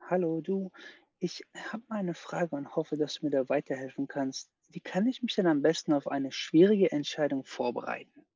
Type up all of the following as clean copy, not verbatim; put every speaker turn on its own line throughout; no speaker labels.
Hallo, du. Ich habe mal eine Frage und hoffe, dass du mir da weiterhelfen kannst. Wie kann ich mich denn am besten auf eine schwierige Entscheidung vorbereiten?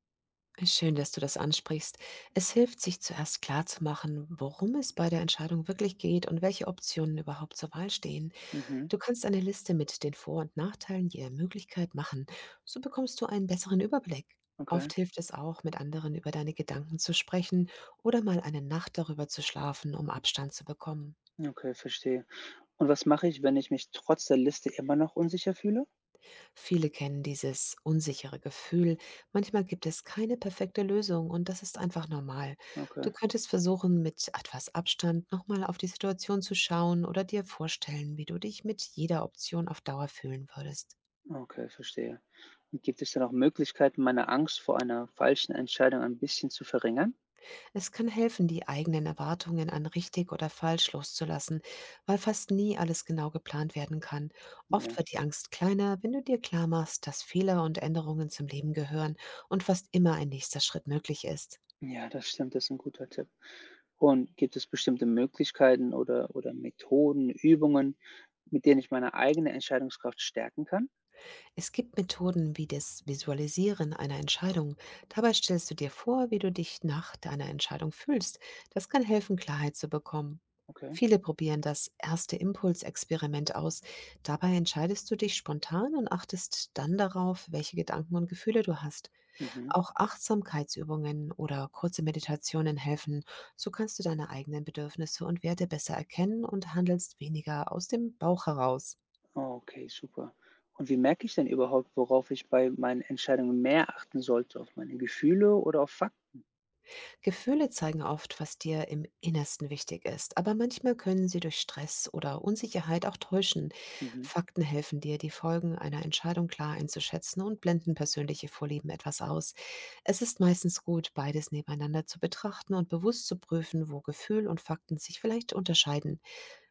Schön, dass du das ansprichst. Es hilft, sich zuerst klarzumachen, worum es bei der Entscheidung wirklich geht und welche Optionen überhaupt zur Wahl stehen.
Mhm,
Du kannst eine Liste mit den Vor- und Nachteilen je Möglichkeit machen. So bekommst du einen besseren Überblick.
okay,
Oft hilft es auch, mit anderen über deine Gedanken zu sprechen oder mal eine Nacht darüber zu schlafen, um Abstand zu bekommen.
okay, verstehe. Und was mache ich, wenn ich mich trotz der Liste immer noch unsicher fühle?
Viele kennen dieses unsichere Gefühl. Manchmal gibt es keine perfekte Lösung und das ist einfach normal.
Okay,
Du könntest versuchen, mit etwas Abstand nochmal auf die Situation zu schauen oder dir vorstellen, wie du dich mit jeder Option auf Dauer fühlen würdest.
okay, verstehe. Und gibt es denn auch Möglichkeiten, meine Angst vor einer falschen Entscheidung ein bisschen zu verringern?
Es kann helfen, die eigenen Erwartungen an richtig oder falsch loszulassen, weil fast nie alles genau geplant werden kann. Oft
Ja,
wird die Angst kleiner, wenn du dir klar machst, dass Fehler und Änderungen zum Leben gehören und fast immer ein nächster Schritt möglich ist.
ja, das stimmt, das ist ein guter Tipp. Und gibt es bestimmte Möglichkeiten oder Methoden, Übungen, mit denen ich meine eigene Entscheidungskraft stärken kann?
Es gibt Methoden wie das Visualisieren einer Entscheidung. Dabei stellst du dir vor, wie du dich nach deiner Entscheidung fühlst. Das kann helfen, Klarheit zu bekommen.
Okay.
Viele probieren das erste Impulsexperiment aus. Dabei entscheidest du dich spontan und achtest dann darauf, welche Gedanken und Gefühle du hast.
Mhm.
Auch Achtsamkeitsübungen oder kurze Meditationen helfen. So kannst du deine eigenen Bedürfnisse und Werte besser erkennen und handelst weniger aus dem Bauch heraus.
Okay, super. Und wie merke ich denn überhaupt, worauf ich bei meinen Entscheidungen mehr achten sollte, auf meine Gefühle oder auf Fakten?
Gefühle zeigen oft, was dir im Innersten wichtig ist, aber manchmal können sie durch Stress oder Unsicherheit auch täuschen.
Mhm.
Fakten helfen dir, die Folgen einer Entscheidung klar einzuschätzen und blenden persönliche Vorlieben etwas aus. Es ist meistens gut, beides nebeneinander zu betrachten und bewusst zu prüfen, wo Gefühl und Fakten sich vielleicht unterscheiden.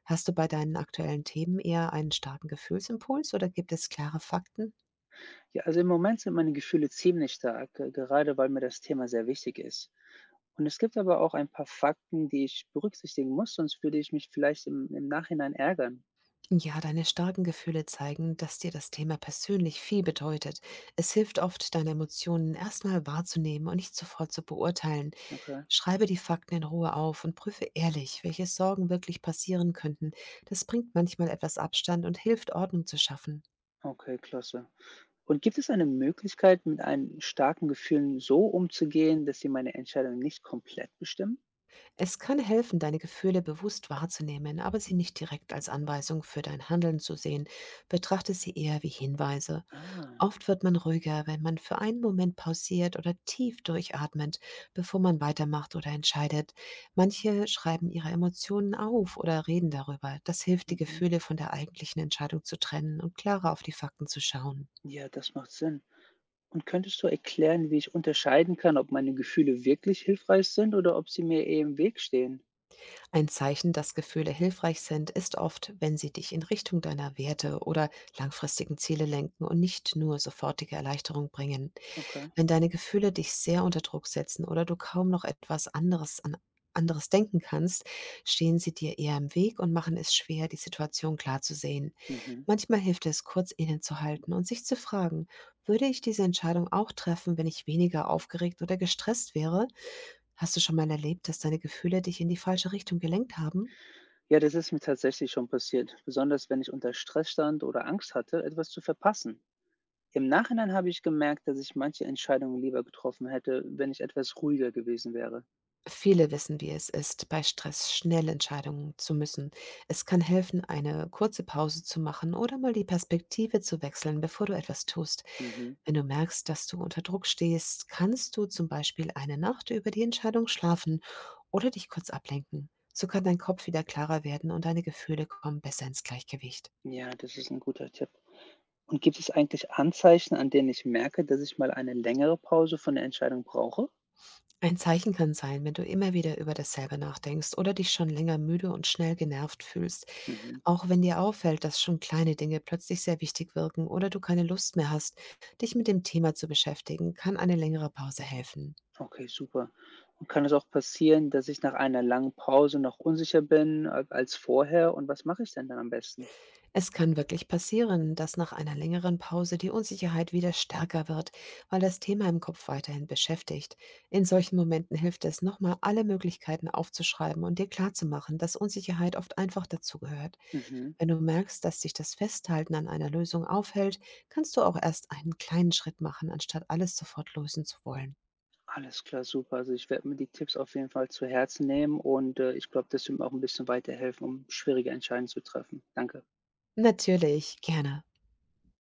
Hast du bei deinen aktuellen Themen eher einen starken Gefühlsimpuls oder gibt es klare Fakten?
Ja, also im Moment sind meine Gefühle ziemlich stark, gerade weil mir das Thema sehr wichtig ist. Und es gibt aber auch ein paar Fakten, die ich berücksichtigen muss, sonst würde ich mich vielleicht im Nachhinein ärgern.
Ja, deine starken Gefühle zeigen, dass dir das Thema persönlich viel bedeutet. Es hilft oft, deine Emotionen erstmal wahrzunehmen und nicht sofort zu beurteilen.
Okay,
Schreibe die Fakten in Ruhe auf und prüfe ehrlich, welche Sorgen wirklich passieren könnten. Das bringt manchmal etwas Abstand und hilft, Ordnung zu schaffen.
okay, klasse. Und gibt es eine Möglichkeit, mit einem starken Gefühl so umzugehen, dass sie meine Entscheidung nicht komplett bestimmen?
Es kann helfen, deine Gefühle bewusst wahrzunehmen, aber sie nicht direkt als Anweisung für dein Handeln zu sehen. Betrachte sie eher wie Hinweise.
Ah,
Oft wird man ruhiger, wenn man für einen Moment pausiert oder tief durchatmet, bevor man weitermacht oder entscheidet. Manche schreiben ihre Emotionen auf oder reden darüber. Das hilft, die
mhm.
Gefühle von der eigentlichen Entscheidung zu trennen und klarer auf die Fakten zu schauen.
Ja, das macht Sinn. Und könntest du erklären, wie ich unterscheiden kann, ob meine Gefühle wirklich hilfreich sind oder ob sie mir eher im Weg stehen?
Ein Zeichen, dass Gefühle hilfreich sind, ist oft, wenn sie dich in Richtung deiner Werte oder langfristigen Ziele lenken und nicht nur sofortige Erleichterung bringen.
Okay.
Wenn deine Gefühle dich sehr unter Druck setzen oder du kaum noch etwas anderes denken kannst, stehen sie dir eher im Weg und machen es schwer, die Situation klar zu sehen.
Mhm.
Manchmal hilft es, kurz innezuhalten und sich zu fragen, würde ich diese Entscheidung auch treffen, wenn ich weniger aufgeregt oder gestresst wäre? Hast du schon mal erlebt, dass deine Gefühle dich in die falsche Richtung gelenkt haben?
Ja, das ist mir tatsächlich schon passiert, besonders wenn ich unter Stress stand oder Angst hatte, etwas zu verpassen. Im Nachhinein habe ich gemerkt, dass ich manche Entscheidungen lieber getroffen hätte, wenn ich etwas ruhiger gewesen wäre.
Viele wissen, wie es ist, bei Stress schnell Entscheidungen zu müssen. Es kann helfen, eine kurze Pause zu machen oder mal die Perspektive zu wechseln, bevor du etwas tust.
Mhm.
Wenn du merkst, dass du unter Druck stehst, kannst du zum Beispiel eine Nacht über die Entscheidung schlafen oder dich kurz ablenken. So kann dein Kopf wieder klarer werden und deine Gefühle kommen besser ins Gleichgewicht.
Ja, das ist ein guter Tipp. Und gibt es eigentlich Anzeichen, an denen ich merke, dass ich mal eine längere Pause von der Entscheidung brauche?
Ein Zeichen kann sein, wenn du immer wieder über dasselbe nachdenkst oder dich schon länger müde und schnell genervt fühlst.
Mhm.
Auch wenn dir auffällt, dass schon kleine Dinge plötzlich sehr wichtig wirken oder du keine Lust mehr hast, dich mit dem Thema zu beschäftigen, kann eine längere Pause helfen.
Okay, super. Und kann es auch passieren, dass ich nach einer langen Pause noch unsicher bin als vorher? Und was mache ich denn dann am besten?
Es kann wirklich passieren, dass nach einer längeren Pause die Unsicherheit wieder stärker wird, weil das Thema im Kopf weiterhin beschäftigt. In solchen Momenten hilft es, nochmal alle Möglichkeiten aufzuschreiben und dir klarzumachen, dass Unsicherheit oft einfach dazugehört.
Mhm.
Wenn du merkst, dass dich das Festhalten an einer Lösung aufhält, kannst du auch erst einen kleinen Schritt machen, anstatt alles sofort lösen zu wollen.
Alles klar, super. Also ich werde mir die Tipps auf jeden Fall zu Herzen nehmen und ich glaube, das wird mir auch ein bisschen weiterhelfen, um schwierige Entscheidungen zu treffen. Danke.
Natürlich, gerne.